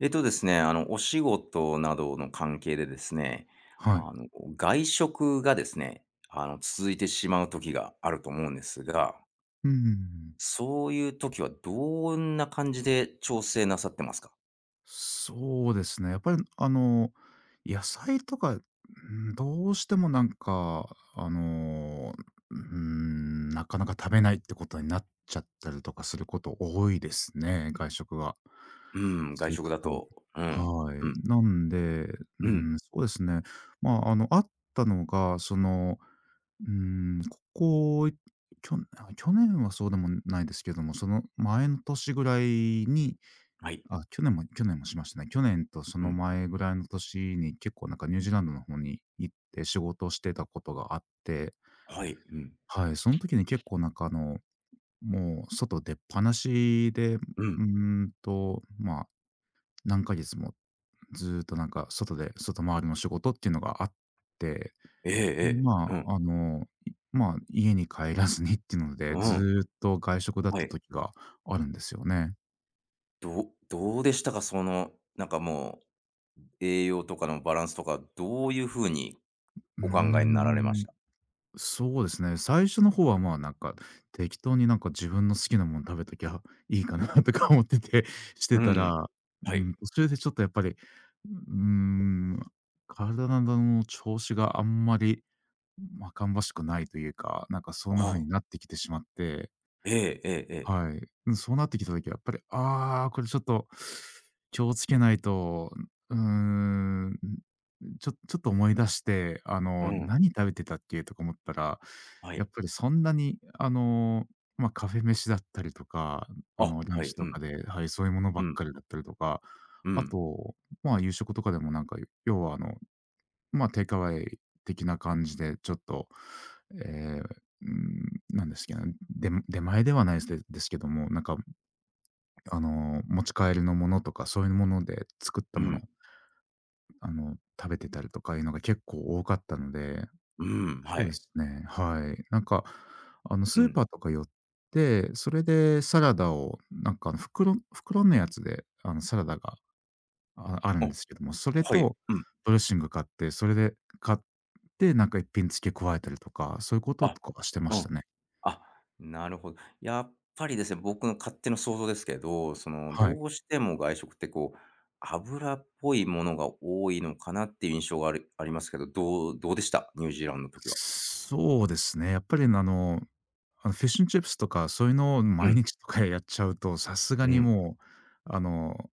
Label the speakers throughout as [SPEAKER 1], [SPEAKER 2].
[SPEAKER 1] えっとですね、あの、お仕事などの関係でですね、
[SPEAKER 2] はい。
[SPEAKER 1] あの、外食がですね、続いてしまう時があると思うんですが、
[SPEAKER 2] うん。
[SPEAKER 1] そういう時はどんな感じで調整なさってますか？
[SPEAKER 2] そうですね。やっぱり、野菜とか、うんどうしてもなんか、うん、なかなか食べないってことになっちゃったりとかすること多いですね、外食が。
[SPEAKER 1] うん、外
[SPEAKER 2] 続
[SPEAKER 1] 食
[SPEAKER 2] く
[SPEAKER 1] だ
[SPEAKER 2] と。
[SPEAKER 1] と、うん、
[SPEAKER 2] は
[SPEAKER 1] う
[SPEAKER 2] い。
[SPEAKER 1] ん、
[SPEAKER 2] なんで、う
[SPEAKER 1] うん、
[SPEAKER 2] そうですね。まあ、あったのが、うん、ここ、去去年はそうでもないですけども、その前の年ぐらいに、
[SPEAKER 1] はい、
[SPEAKER 2] あ、去年もしましたね。去年とそ
[SPEAKER 1] う
[SPEAKER 2] の
[SPEAKER 1] ん、
[SPEAKER 2] 前ぐらいの年に、結構なんかニュージーランドの方に行って仕事をしてたことがあって、
[SPEAKER 1] はい、うん、
[SPEAKER 2] はい、その時に結構なんかもう外出っぱなしで、
[SPEAKER 1] うん、
[SPEAKER 2] まあ、何ヶ月もずーっとなんか外で外回りの仕事っていうのがあって、
[SPEAKER 1] えええ
[SPEAKER 2] で
[SPEAKER 1] え、
[SPEAKER 2] ま
[SPEAKER 1] うん、
[SPEAKER 2] あ、まあ、家に帰らずにっていうので、
[SPEAKER 1] うん、
[SPEAKER 2] ずーっと外食だっ
[SPEAKER 1] は
[SPEAKER 2] た
[SPEAKER 1] い。
[SPEAKER 2] 時があるんですよね。
[SPEAKER 1] どうでしたか？その、なんかもう、栄養とかのバランスとか、どういう風に
[SPEAKER 2] うー
[SPEAKER 1] お考えになられまし
[SPEAKER 2] ん。
[SPEAKER 1] た？
[SPEAKER 2] そうですね。最初の方は、まあ、なんか、適当になんか自分の好きなもの食べときゃいいかなとか思ってて、し
[SPEAKER 1] う
[SPEAKER 2] て
[SPEAKER 1] んう
[SPEAKER 2] た
[SPEAKER 1] ん、
[SPEAKER 2] ら、う
[SPEAKER 1] はい。
[SPEAKER 2] ん、途中でちょっとやっぱり、ーん、体の調子があんまり、ま、芳しくないというか、なんかそんな
[SPEAKER 1] あ
[SPEAKER 2] 風に
[SPEAKER 1] あ、
[SPEAKER 2] なってきてしまって、
[SPEAKER 1] ええええええ。
[SPEAKER 2] はい。うん、そうなってきた時はやっぱり、ああ、これちょっと気をつけないと、うーんちょっと思い出して、
[SPEAKER 1] うん、
[SPEAKER 2] 何食べてたっけとか思ったら、
[SPEAKER 1] は
[SPEAKER 2] や
[SPEAKER 1] い。
[SPEAKER 2] っぱりそんなに、まあ、カフェ飯だったりとか、
[SPEAKER 1] あ、
[SPEAKER 2] ラン
[SPEAKER 1] はい、
[SPEAKER 2] チ
[SPEAKER 1] う
[SPEAKER 2] とか
[SPEAKER 1] ん、
[SPEAKER 2] で、はい、そういうものば
[SPEAKER 1] う
[SPEAKER 2] っ
[SPEAKER 1] ん、
[SPEAKER 2] かりだったりとか、
[SPEAKER 1] う
[SPEAKER 2] あ
[SPEAKER 1] ん、
[SPEAKER 2] と、まあ、夕食とかでもなんか、要はまあ、テイクアウェイ的な感じでちょっと、えーうなんですけど、で出前ではないすですですけども、なんか、持ち帰りのものとかそういうもので作っ
[SPEAKER 1] う
[SPEAKER 2] たもの
[SPEAKER 1] ん、
[SPEAKER 2] 食べてたりとかいうのが結構多かったので、
[SPEAKER 1] うん、は
[SPEAKER 2] そうで
[SPEAKER 1] い、
[SPEAKER 2] すね、はい。なんか、
[SPEAKER 1] う
[SPEAKER 2] スー
[SPEAKER 1] ん。
[SPEAKER 2] パーとか寄って、それでサラダを、なんか袋のやつで、サラダがある
[SPEAKER 1] あ、
[SPEAKER 2] んですけども、それ
[SPEAKER 1] はい、う
[SPEAKER 2] と
[SPEAKER 1] ん、
[SPEAKER 2] ドレッシング買って、それで買って、なんか一品付け加えたりとか、そういうこと
[SPEAKER 1] あ、
[SPEAKER 2] とかはしてま
[SPEAKER 1] う
[SPEAKER 2] した
[SPEAKER 1] ん。
[SPEAKER 2] ね。
[SPEAKER 1] あ、なるほど。やっぱりですね、僕の勝手な想像ですけど、その、
[SPEAKER 2] はい。
[SPEAKER 1] どうしても外食ってこう、油っぽいものが多いのかなっていう印象がありますけど、どうでした？ニュージーランドの時は。
[SPEAKER 2] そうですね、やっぱりフィッシュンチップスとか、そういうのを
[SPEAKER 1] う
[SPEAKER 2] 毎
[SPEAKER 1] ん、
[SPEAKER 2] 日とかやっちゃうと、さすが
[SPEAKER 1] う
[SPEAKER 2] に
[SPEAKER 1] ん、
[SPEAKER 2] もう、あの、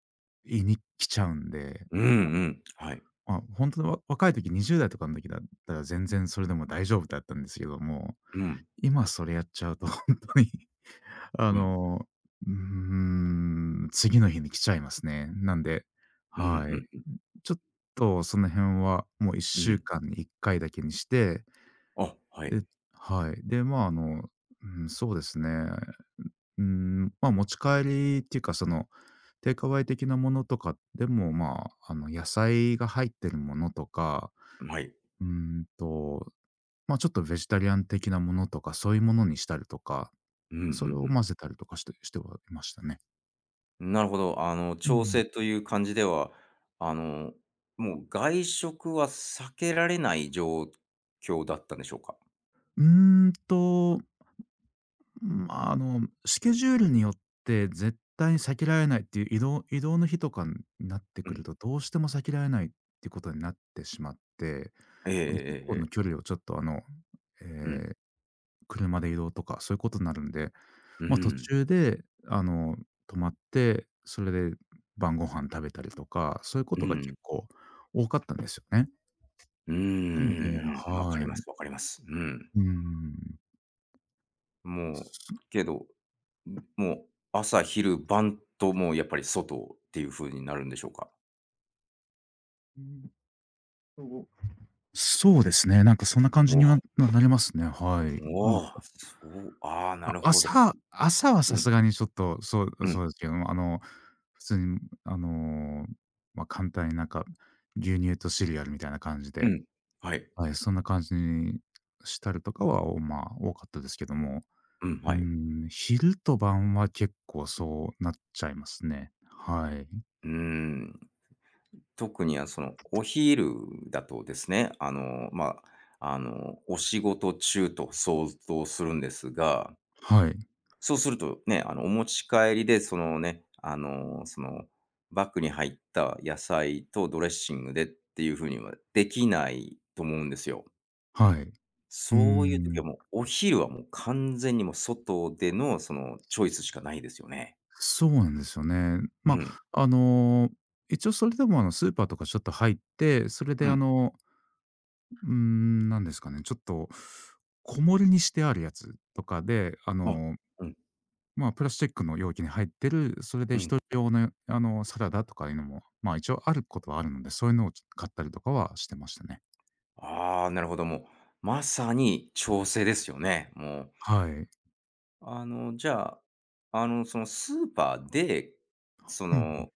[SPEAKER 2] 胃に来ちゃうんで、
[SPEAKER 1] うんう
[SPEAKER 2] あの、
[SPEAKER 1] ん。はい。
[SPEAKER 2] ま、あ本当のわ若い時、20代とかの時だったら全然それでも大丈夫だったんですけども、
[SPEAKER 1] うん、
[SPEAKER 2] 今それやっちゃうと本当に、あ
[SPEAKER 1] うん、
[SPEAKER 2] の、次の日に来ちゃいますね。なんで、
[SPEAKER 1] う
[SPEAKER 2] はい。
[SPEAKER 1] んうん、
[SPEAKER 2] ちょっとその辺はもう
[SPEAKER 1] う
[SPEAKER 2] 1週
[SPEAKER 1] ん。
[SPEAKER 2] 間に1回だけにして、
[SPEAKER 1] あ、はい、
[SPEAKER 2] ではい。で、まあ、うん、そうですね。ま、持ち帰りっていうか、テイクアウェイ的なものとかでも、まあ、野菜が入ってるものとか、
[SPEAKER 1] はい。
[SPEAKER 2] うーんと、ま、ちょっとベジタリアン的なものとか、そういうものにしたりとか、
[SPEAKER 1] うん、う
[SPEAKER 2] それ
[SPEAKER 1] ん
[SPEAKER 2] を
[SPEAKER 1] うん。
[SPEAKER 2] 混ぜたりとかしてはいましたね。
[SPEAKER 1] なるほど。
[SPEAKER 2] う
[SPEAKER 1] 調
[SPEAKER 2] ん。
[SPEAKER 1] 整という感じでは、あの、もう外食は避けられない状況だったんでしょうか？
[SPEAKER 2] うーんと、まあ、スケジュールによって絶対に避けられないっていう移動の日とかになって
[SPEAKER 1] う
[SPEAKER 2] くる
[SPEAKER 1] ん。
[SPEAKER 2] と、どうしても避けられないっていうことになってしまって、
[SPEAKER 1] ええええ
[SPEAKER 2] 結構の
[SPEAKER 1] え
[SPEAKER 2] 距
[SPEAKER 1] え。
[SPEAKER 2] 離をちょっと、
[SPEAKER 1] う
[SPEAKER 2] え
[SPEAKER 1] ん。
[SPEAKER 2] ー車で移動とか、そういうことになるんで、
[SPEAKER 1] う
[SPEAKER 2] まあ、途
[SPEAKER 1] ん。
[SPEAKER 2] 中で、泊まって、それで晩ご飯食べたりとか、そういうこ
[SPEAKER 1] う
[SPEAKER 2] とが
[SPEAKER 1] ん。
[SPEAKER 2] 結構多かったんですよね。
[SPEAKER 1] うんう
[SPEAKER 2] なので
[SPEAKER 1] んうん。わかり
[SPEAKER 2] は
[SPEAKER 1] ま
[SPEAKER 2] い。
[SPEAKER 1] すわかります。うん。
[SPEAKER 2] うーん。
[SPEAKER 1] もう、
[SPEAKER 2] す
[SPEAKER 1] けど、ん、もう朝昼晩と、もうやっぱり外っていう風になるんでしょうか？
[SPEAKER 2] うん、そうそうですね、なんかそんな感じ
[SPEAKER 1] おお、
[SPEAKER 2] にはなりますね、はい。な
[SPEAKER 1] お
[SPEAKER 2] んか、
[SPEAKER 1] お、そう、ああ、な
[SPEAKER 2] あ、
[SPEAKER 1] るほど。
[SPEAKER 2] 朝はさ
[SPEAKER 1] うん、
[SPEAKER 2] すがにちょっと、
[SPEAKER 1] うん、
[SPEAKER 2] そうですけども、普通に、あの、ま、簡単になんか、牛乳とシリアルみたいな感じ
[SPEAKER 1] う
[SPEAKER 2] で
[SPEAKER 1] ん。はい。
[SPEAKER 2] はい、そんな感じにしたりとかは、まあ、多かったですけども、
[SPEAKER 1] うん、
[SPEAKER 2] う
[SPEAKER 1] はい。
[SPEAKER 2] 昼と晩は結構そうなっちゃいますね。はい。
[SPEAKER 1] うーん。特に、あ、その、お昼だとですね、まあ、お仕事中と想像するんですが、
[SPEAKER 2] はい。
[SPEAKER 1] そうするとね、お持ち帰りで、そのね、バッグに入った野菜とドレッシングでっていうふうにはできないと思うんですよ。
[SPEAKER 2] はい。うー
[SPEAKER 1] そういう時
[SPEAKER 2] ん、
[SPEAKER 1] はもう、お昼はもう完全にもう外での、その、チョイスしかないですよね。
[SPEAKER 2] そうなんですよね。
[SPEAKER 1] う
[SPEAKER 2] ま
[SPEAKER 1] ん、
[SPEAKER 2] あ、一応それでも、スーパーとかちょっと入って、それ
[SPEAKER 1] う
[SPEAKER 2] で、
[SPEAKER 1] ん、
[SPEAKER 2] なんですかね、ちょっと小盛りにしてあるやつとかで、
[SPEAKER 1] あ、うん、
[SPEAKER 2] まあ、プラスチックの容器に入ってる、それで
[SPEAKER 1] う
[SPEAKER 2] 一
[SPEAKER 1] ん。
[SPEAKER 2] 人用の、サラダとかいうのも、まあ、一応あることはあるので、そういうのを買ったりとかはしてましたね。
[SPEAKER 1] ああ、なるほど、もう、まさに調整ですよね、もう。
[SPEAKER 2] はい。
[SPEAKER 1] じゃあ、そのスーパーで、そ
[SPEAKER 2] うんうん。
[SPEAKER 1] の、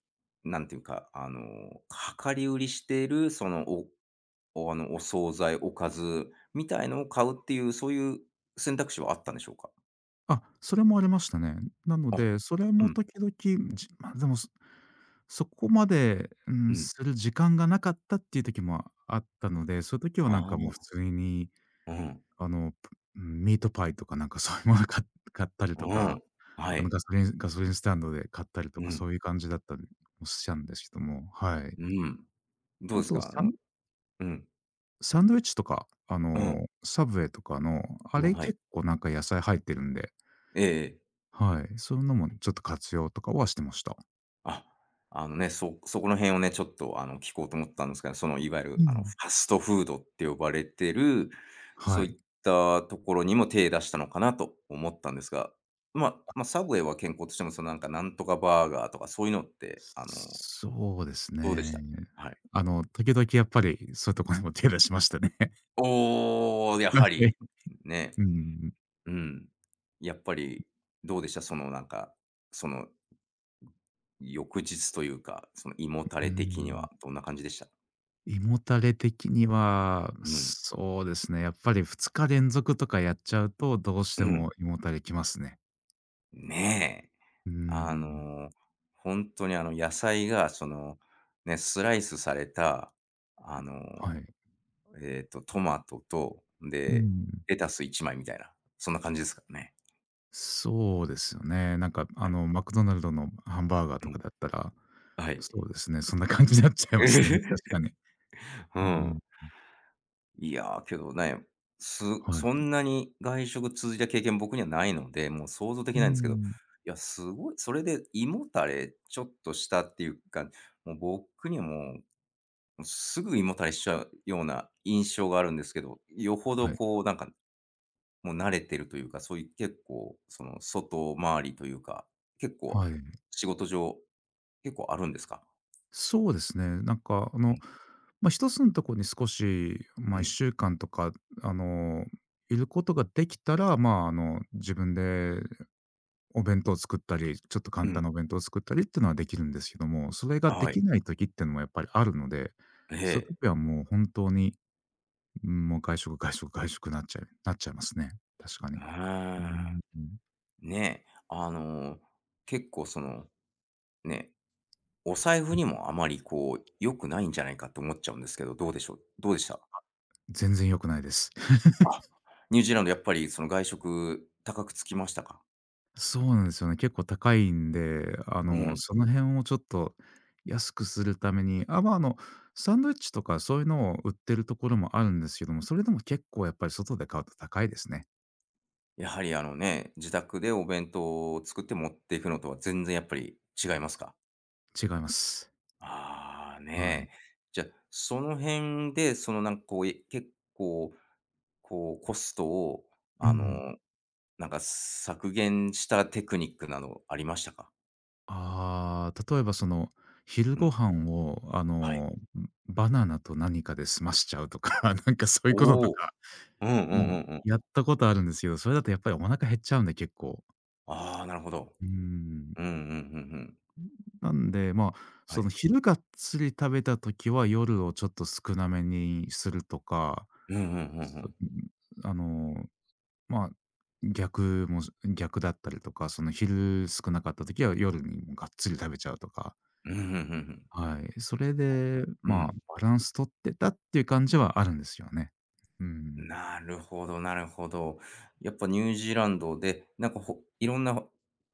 [SPEAKER 1] なんていうか、量り売りしている、その、おおあの、お惣菜、おかずみたいのを買うっていう、そういう選択肢はあったんでしょうか？
[SPEAKER 2] あ、それもありましたね。なの
[SPEAKER 1] あ、
[SPEAKER 2] で、それ
[SPEAKER 1] う
[SPEAKER 2] も
[SPEAKER 1] ん、
[SPEAKER 2] 時々、まあ、でも、そこまで、
[SPEAKER 1] うん。
[SPEAKER 2] する時間がなかったっていう時もあったので、そういう時は
[SPEAKER 1] あ
[SPEAKER 2] なん
[SPEAKER 1] あ、
[SPEAKER 2] かもう普通に、
[SPEAKER 1] うん、
[SPEAKER 2] ぷうんミートパイとかなんかそういうものか買ったり
[SPEAKER 1] う
[SPEAKER 2] とか、
[SPEAKER 1] ん、はい、
[SPEAKER 2] ガソリンスタンドで買ったりと
[SPEAKER 1] う
[SPEAKER 2] か、
[SPEAKER 1] ん、
[SPEAKER 2] そういう感じだったりもしたんですけども、はい。
[SPEAKER 1] うん。どう
[SPEAKER 2] あ
[SPEAKER 1] です
[SPEAKER 2] と、
[SPEAKER 1] か？
[SPEAKER 2] サン
[SPEAKER 1] うん、
[SPEAKER 2] サンドイッチとか、
[SPEAKER 1] うん、
[SPEAKER 2] サブウェイとかの、あ
[SPEAKER 1] うん、
[SPEAKER 2] れ
[SPEAKER 1] はい。
[SPEAKER 2] 結構なんか野菜入ってるんで、
[SPEAKER 1] ええええ。
[SPEAKER 2] はい、そういうのもちょっと活用とかはしてました。
[SPEAKER 1] あ、あのね、そこの辺をね、ちょっと聞こうと思ったんですけど、そのいわゆる
[SPEAKER 2] う
[SPEAKER 1] フ
[SPEAKER 2] ん。
[SPEAKER 1] ァストフードって呼ばれてる、そ
[SPEAKER 2] は
[SPEAKER 1] う
[SPEAKER 2] い。
[SPEAKER 1] いったところにも手出したのかなと思ったんですが、まあまあ、サブウェイは健康としても、そのなんか、なんとかバーガーとかそういうのって、
[SPEAKER 2] そうです
[SPEAKER 1] どうでし
[SPEAKER 2] ね。
[SPEAKER 1] た？はい。
[SPEAKER 2] 時々やっぱりそういうところにも手出しましたね。
[SPEAKER 1] おお、や
[SPEAKER 2] は
[SPEAKER 1] は
[SPEAKER 2] い
[SPEAKER 1] り、ね。
[SPEAKER 2] うん、
[SPEAKER 1] うん。やっぱりどうでした？そのなんか、その翌日というか、その胃もた
[SPEAKER 2] う
[SPEAKER 1] れ的に
[SPEAKER 2] ん。
[SPEAKER 1] はどんな感じでした？
[SPEAKER 2] 胃もたれ的には、
[SPEAKER 1] うん、
[SPEAKER 2] そうですね、やっぱり2日連続とかやっちゃうと、どうして
[SPEAKER 1] う
[SPEAKER 2] も
[SPEAKER 1] ん。
[SPEAKER 2] 胃もたれきますね。
[SPEAKER 1] ねえ。
[SPEAKER 2] う
[SPEAKER 1] あ
[SPEAKER 2] ん、
[SPEAKER 1] の、本当にあの野菜がその、ね、スライスされた、あ
[SPEAKER 2] は
[SPEAKER 1] の、
[SPEAKER 2] い。
[SPEAKER 1] トマトと、
[SPEAKER 2] う
[SPEAKER 1] で、
[SPEAKER 2] ん。
[SPEAKER 1] レタス一枚みたいな、そんな感じですからね。
[SPEAKER 2] そうですよね。なんか、
[SPEAKER 1] はい。
[SPEAKER 2] マクドナルドのハンバーガー
[SPEAKER 1] う
[SPEAKER 2] と
[SPEAKER 1] ん。
[SPEAKER 2] かだったら、
[SPEAKER 1] はい。
[SPEAKER 2] そうですね、そんな感じになっちゃいますね、確かに。
[SPEAKER 1] う
[SPEAKER 2] うん、
[SPEAKER 1] ん。いやー、けどね、す
[SPEAKER 2] は
[SPEAKER 1] そ
[SPEAKER 2] い。
[SPEAKER 1] んなに外食続いた経験、僕にはないので、もう想像で
[SPEAKER 2] う
[SPEAKER 1] きないんですけど、い
[SPEAKER 2] ん、
[SPEAKER 1] や、すごい、それで胃もたれちょっとしたっていうか、もう僕にはもうすぐ胃もたれしちゃうような印象があるんですけど、よほど
[SPEAKER 2] はい、
[SPEAKER 1] こうなんか、もう慣れてるというか、そういう結構その外回りというか、結構
[SPEAKER 2] はい。
[SPEAKER 1] 仕事上、結構あるんですか？
[SPEAKER 2] そうですね、なんか、
[SPEAKER 1] うん、
[SPEAKER 2] まあ、一つのところに少し、
[SPEAKER 1] う
[SPEAKER 2] まあ、
[SPEAKER 1] ん、
[SPEAKER 2] 1週間とか、あの、いることができたら、まあ、自分でお弁当を作ったり、ちょっと
[SPEAKER 1] う
[SPEAKER 2] 簡単
[SPEAKER 1] ん。
[SPEAKER 2] なお弁当を作ったりっていうのはできるんですけども、それがで
[SPEAKER 1] はい。
[SPEAKER 2] きない時っていうのもやっぱりあるので、
[SPEAKER 1] え
[SPEAKER 2] そうい
[SPEAKER 1] え。
[SPEAKER 2] う時はもう本当にうん、もう外食、外食、外食なっちゃい なっちゃいますね。確か
[SPEAKER 1] う
[SPEAKER 2] に。
[SPEAKER 1] ー
[SPEAKER 2] う
[SPEAKER 1] ん。
[SPEAKER 2] ん、
[SPEAKER 1] ねえ、結構その、ね、お財布にもあまりこう良くないんじゃないかと思っちゃうんですけど、どうでしょうどうでした？
[SPEAKER 2] 全然良くないです。
[SPEAKER 1] あ、ニュージーランドやっぱりその外食高くつきましたか？
[SPEAKER 2] そうなんですよね。結構高いんで、
[SPEAKER 1] うん。
[SPEAKER 2] その辺をちょっと安くするために、あ、まあ、サンドイッチとかそういうのを売ってるところもあるんですけども、それでも結構やっぱり外で買うと高いですね。
[SPEAKER 1] やはり自宅でお弁当を作って持っていくのとは全然やっぱり違いますか？
[SPEAKER 2] 違います。
[SPEAKER 1] ああ、
[SPEAKER 2] はい。
[SPEAKER 1] ねえ。じゃあ、その辺で、そのなんかこう、結構こうコストを
[SPEAKER 2] うんう
[SPEAKER 1] あ
[SPEAKER 2] ん。
[SPEAKER 1] の、なんか削減したテクニックなどありましたか？
[SPEAKER 2] ああ、例えば昼
[SPEAKER 1] う
[SPEAKER 2] ご
[SPEAKER 1] ん。
[SPEAKER 2] 飯を、
[SPEAKER 1] はい。
[SPEAKER 2] バナナと何かで済ましちゃうとか、なんかそういうこと
[SPEAKER 1] お
[SPEAKER 2] と
[SPEAKER 1] お。
[SPEAKER 2] か
[SPEAKER 1] うんうんう
[SPEAKER 2] もう、
[SPEAKER 1] んうん。
[SPEAKER 2] やったことあるんですけど、それだとやっぱりお腹減っちゃうんで、結構。
[SPEAKER 1] ああ、なるほど。
[SPEAKER 2] うーん。
[SPEAKER 1] うんうん、うんうん。
[SPEAKER 2] なんで、まあ、
[SPEAKER 1] は
[SPEAKER 2] その
[SPEAKER 1] い。
[SPEAKER 2] 昼がっつり食べた時は、夜をちょっと少なめにするとか、
[SPEAKER 1] うんうん、うんう
[SPEAKER 2] そ
[SPEAKER 1] ん。
[SPEAKER 2] あの、まあ、逆も逆だったりとか、その昼少なかった時は夜にもがっつり食べちゃうとか、
[SPEAKER 1] うん、うんうんうん。
[SPEAKER 2] はい。それで、
[SPEAKER 1] う
[SPEAKER 2] ま
[SPEAKER 1] ん。
[SPEAKER 2] あ、バランス取ってたっていう感じはあるんですよね。うん。
[SPEAKER 1] なるほどなるほど。やっぱニュージーランドで、なんかいろんな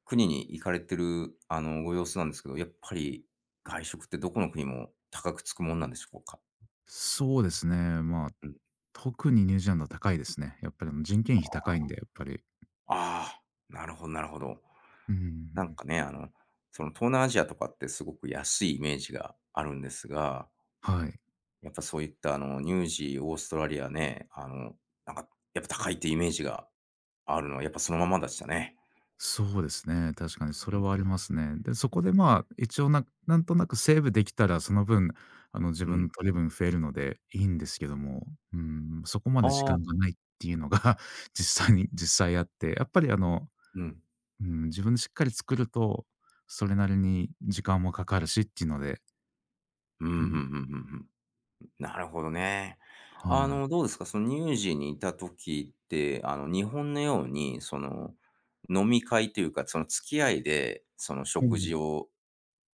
[SPEAKER 1] 国に行かれてる、ご様子なんですけど、やっぱり外食ってどこの国も高くつくもんなんでしょうか？
[SPEAKER 2] そうですね。まあ、
[SPEAKER 1] うん。
[SPEAKER 2] 特にニュージーランドは高いですね。やっぱりあの人件費高いんで、やっぱり。
[SPEAKER 1] ああ、なるほどなるほど。
[SPEAKER 2] う
[SPEAKER 1] なん
[SPEAKER 2] ん、
[SPEAKER 1] かね、東南アジアとかってすごく安いイメージがあるんですが、
[SPEAKER 2] はい。
[SPEAKER 1] やっぱそういったニュージー、オーストラリアね、なんかやっぱ高いってイメージがあるのはやっぱそのままでしたね。
[SPEAKER 2] そうですね。確かにそ
[SPEAKER 1] う
[SPEAKER 2] れ
[SPEAKER 1] ん。
[SPEAKER 2] はありますね。で、そこでまあ、一応んとなくセーブできたら、その分、あの自
[SPEAKER 1] う
[SPEAKER 2] 分
[SPEAKER 1] ん。
[SPEAKER 2] の取り分増えるのでいいんですけども、うん、そこまで時
[SPEAKER 1] ああ、
[SPEAKER 2] 間がないっていうのが 実際あって、やっぱりあの、
[SPEAKER 1] うん。
[SPEAKER 2] うん、自分でしっかり作ると、それなりに時間もかかるしっていうので、
[SPEAKER 1] うん、うんうん
[SPEAKER 2] う
[SPEAKER 1] うんう
[SPEAKER 2] ん、
[SPEAKER 1] ん。なるほどね。
[SPEAKER 2] はい。
[SPEAKER 1] どうですか、そのニュージーにいた時って、日本のように、その、飲み会というか、その付き合いで、その食事を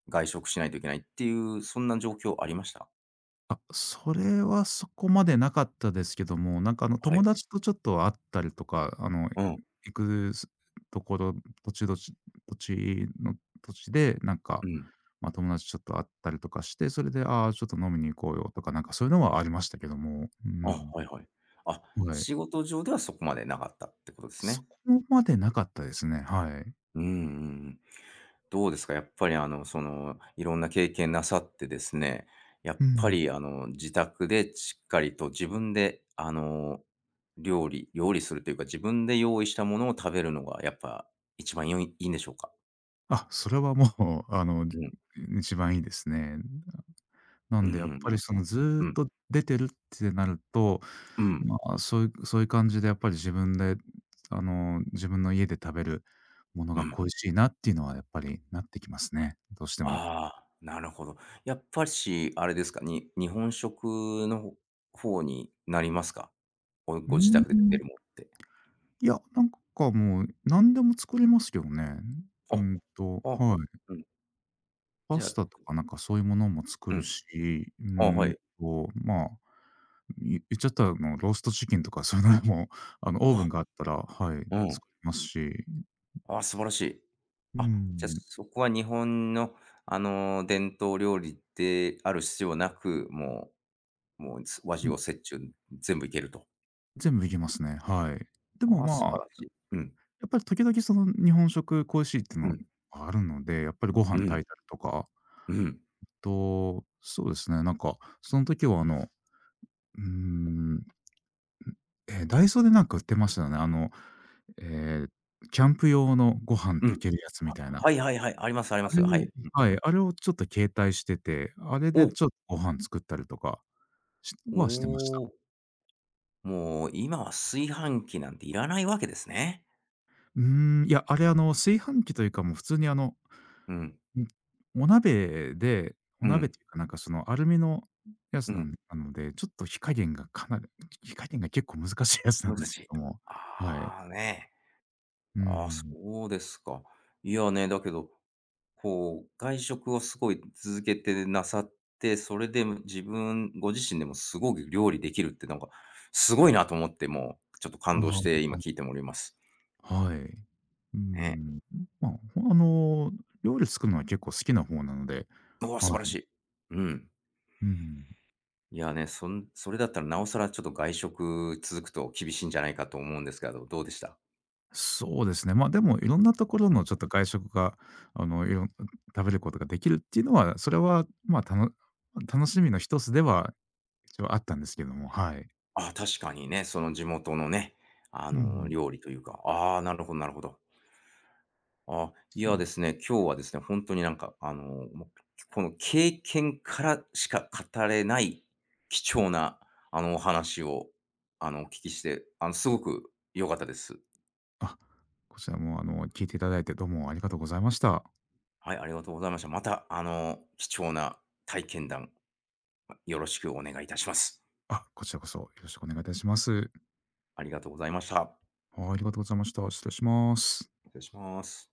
[SPEAKER 1] 外食しないといけないっていう、そんな状況ありました？
[SPEAKER 2] あ、それはそこまでなかったですけども、なんかあの
[SPEAKER 1] は
[SPEAKER 2] 友
[SPEAKER 1] い。
[SPEAKER 2] 達とちょっと会ったりとか、あの
[SPEAKER 1] うん、
[SPEAKER 2] 行くすところ、土地土地土地の土地で、なんか、
[SPEAKER 1] うん。
[SPEAKER 2] ま、友達ちょっと会ったりとかして、それで、ああ、ちょっと飲みに行こうよとか、なんかそういうのはありましたけども、う
[SPEAKER 1] あ、
[SPEAKER 2] ん、
[SPEAKER 1] はいはい。あ、
[SPEAKER 2] はい。
[SPEAKER 1] 仕事上ではそこまでなかったってことです
[SPEAKER 2] そ
[SPEAKER 1] ね。
[SPEAKER 2] こまでなかったですね、はい。
[SPEAKER 1] うんうんうん。どうですか、やっぱりその、いろんな経験なさってですね、やっ
[SPEAKER 2] う
[SPEAKER 1] ぱ
[SPEAKER 2] ん。
[SPEAKER 1] り自宅でしっかりと自分で、料理するというか、自分で用意したものを食べるのがやっぱ一番いいんでしょうか？
[SPEAKER 2] あ、それはもうあの、
[SPEAKER 1] うん。
[SPEAKER 2] 一番いいですね。な
[SPEAKER 1] う
[SPEAKER 2] んでやっ
[SPEAKER 1] ん、
[SPEAKER 2] ぱりそのずーっ
[SPEAKER 1] うん、
[SPEAKER 2] と出てるってなると、
[SPEAKER 1] うん、
[SPEAKER 2] まあ、そういう感じでやっぱり自分で、あの、自分の家で食べるもの
[SPEAKER 1] う
[SPEAKER 2] が
[SPEAKER 1] ん。
[SPEAKER 2] 恋しいなっていうのはやっぱりなってきますね、どうしても。
[SPEAKER 1] ああ、なるほど。やっぱし、あれですか、日本食の方になりますか？ご
[SPEAKER 2] う
[SPEAKER 1] ご自
[SPEAKER 2] ー
[SPEAKER 1] 宅で食べ
[SPEAKER 2] ん、
[SPEAKER 1] るものって。
[SPEAKER 2] いや、なんかもう何でも作りますけどね。う
[SPEAKER 1] あ、
[SPEAKER 2] んと、
[SPEAKER 1] あ、
[SPEAKER 2] はい。
[SPEAKER 1] うん。
[SPEAKER 2] パ
[SPEAKER 1] じゃあ
[SPEAKER 2] スタとかなんかそういうものも作
[SPEAKER 1] う
[SPEAKER 2] る
[SPEAKER 1] ん。
[SPEAKER 2] し、う
[SPEAKER 1] あ、は
[SPEAKER 2] ん
[SPEAKER 1] い。
[SPEAKER 2] と、まあ、言っちゃったらあの、ローストチキンとかそういうのも、あの、オーブ
[SPEAKER 1] あ
[SPEAKER 2] ンがあったら、はい、
[SPEAKER 1] うん。
[SPEAKER 2] 作りますし、
[SPEAKER 1] あ、素晴らしい。
[SPEAKER 2] う
[SPEAKER 1] あ、じゃ、
[SPEAKER 2] ん、
[SPEAKER 1] そこは日本の、伝統料理である必要なく、もうもう、和
[SPEAKER 2] う
[SPEAKER 1] 洋
[SPEAKER 2] ん、
[SPEAKER 1] 折衷全部いけると。
[SPEAKER 2] 全部いけますね、はい。でも
[SPEAKER 1] ああ、素
[SPEAKER 2] まあ
[SPEAKER 1] 晴らしい。うん、
[SPEAKER 2] やっぱり時々その日本食恋しいっていう
[SPEAKER 1] う
[SPEAKER 2] の
[SPEAKER 1] ん、
[SPEAKER 2] はあるので、やっぱりご
[SPEAKER 1] う
[SPEAKER 2] 飯炊いた
[SPEAKER 1] ん、
[SPEAKER 2] りとか、
[SPEAKER 1] うん、
[SPEAKER 2] と、そうですね、なんか、その時はあの、うーん、え、ダイソーでなんか売ってましたよね。あの、えーキャンプ用のご飯
[SPEAKER 1] う
[SPEAKER 2] 炊
[SPEAKER 1] ん。
[SPEAKER 2] けるやつみたいな。
[SPEAKER 1] はいはいはい、ありますあり
[SPEAKER 2] あ
[SPEAKER 1] ます。
[SPEAKER 2] れ
[SPEAKER 1] は
[SPEAKER 2] を、
[SPEAKER 1] い。
[SPEAKER 2] はい、あれをちょっと携帯してて、あれ
[SPEAKER 1] う
[SPEAKER 2] で
[SPEAKER 1] ん。
[SPEAKER 2] ちょっとご飯作ったりとか
[SPEAKER 1] おお、
[SPEAKER 2] してました。
[SPEAKER 1] おお、もう今は炊飯器なんていらないわけですね。
[SPEAKER 2] うーん、いや、あれあの、炊飯器というか、もう普通にあの、
[SPEAKER 1] うん、
[SPEAKER 2] うん、お鍋でお
[SPEAKER 1] う
[SPEAKER 2] 鍋っ
[SPEAKER 1] ん、
[SPEAKER 2] ていうか、なんかそのアルミのや
[SPEAKER 1] う
[SPEAKER 2] つ
[SPEAKER 1] ん、
[SPEAKER 2] なので、ちょっと火加減が結構難しいやつなんですけ
[SPEAKER 1] 昔。
[SPEAKER 2] ども。はい。
[SPEAKER 1] ああ、ね。
[SPEAKER 2] う
[SPEAKER 1] ああ、そ
[SPEAKER 2] ん。
[SPEAKER 1] うですか。いやね、だけどこう、外食をすごい続けてなさって、それで自分ご自身でもすごく料理できるってなんか、すごいなと思って、もうちょっと感動して
[SPEAKER 2] あ
[SPEAKER 1] 今聞いてもおります。
[SPEAKER 2] あ、はい。うー
[SPEAKER 1] ね。
[SPEAKER 2] ん。まあ、あの、料理作るのは結構好きな方なので、
[SPEAKER 1] うわ、
[SPEAKER 2] は
[SPEAKER 1] 素晴らし
[SPEAKER 2] い。
[SPEAKER 1] い。うん。
[SPEAKER 2] うん。
[SPEAKER 1] いやね、それだったらなおさらちょっと外食続くと厳しいんじゃないかと思うんですけど、どうでした？
[SPEAKER 2] そうですね、まあ、でもいろんなところ
[SPEAKER 1] うん。
[SPEAKER 2] のちょっと外食が、あの、いろん食べることができるっていうのは、それは、まあ、楽しみの一つでは、一応あったんですけども、はい。
[SPEAKER 1] あ、確かにね、その地元のね、
[SPEAKER 2] うん。
[SPEAKER 1] 料理というか、ああ、なるほどなるほど。あ、い
[SPEAKER 2] そう
[SPEAKER 1] や
[SPEAKER 2] な
[SPEAKER 1] で
[SPEAKER 2] ん
[SPEAKER 1] すね、今日はですね、本当になんか、もう、この経験からしか語れない貴重な、お話を、お聞きして、すごく良かったです。
[SPEAKER 2] あ、こちらも、あの、聞いていただいてどうもありがとうございました。
[SPEAKER 1] はい、ありがとうございました。また、貴重な体験談、よろしくお願いいたします。
[SPEAKER 2] あ、こちらこそよろしくお願いいたします。
[SPEAKER 1] ありがとうございました。
[SPEAKER 2] はい、ありがとうございました。失礼します。
[SPEAKER 1] 失礼します。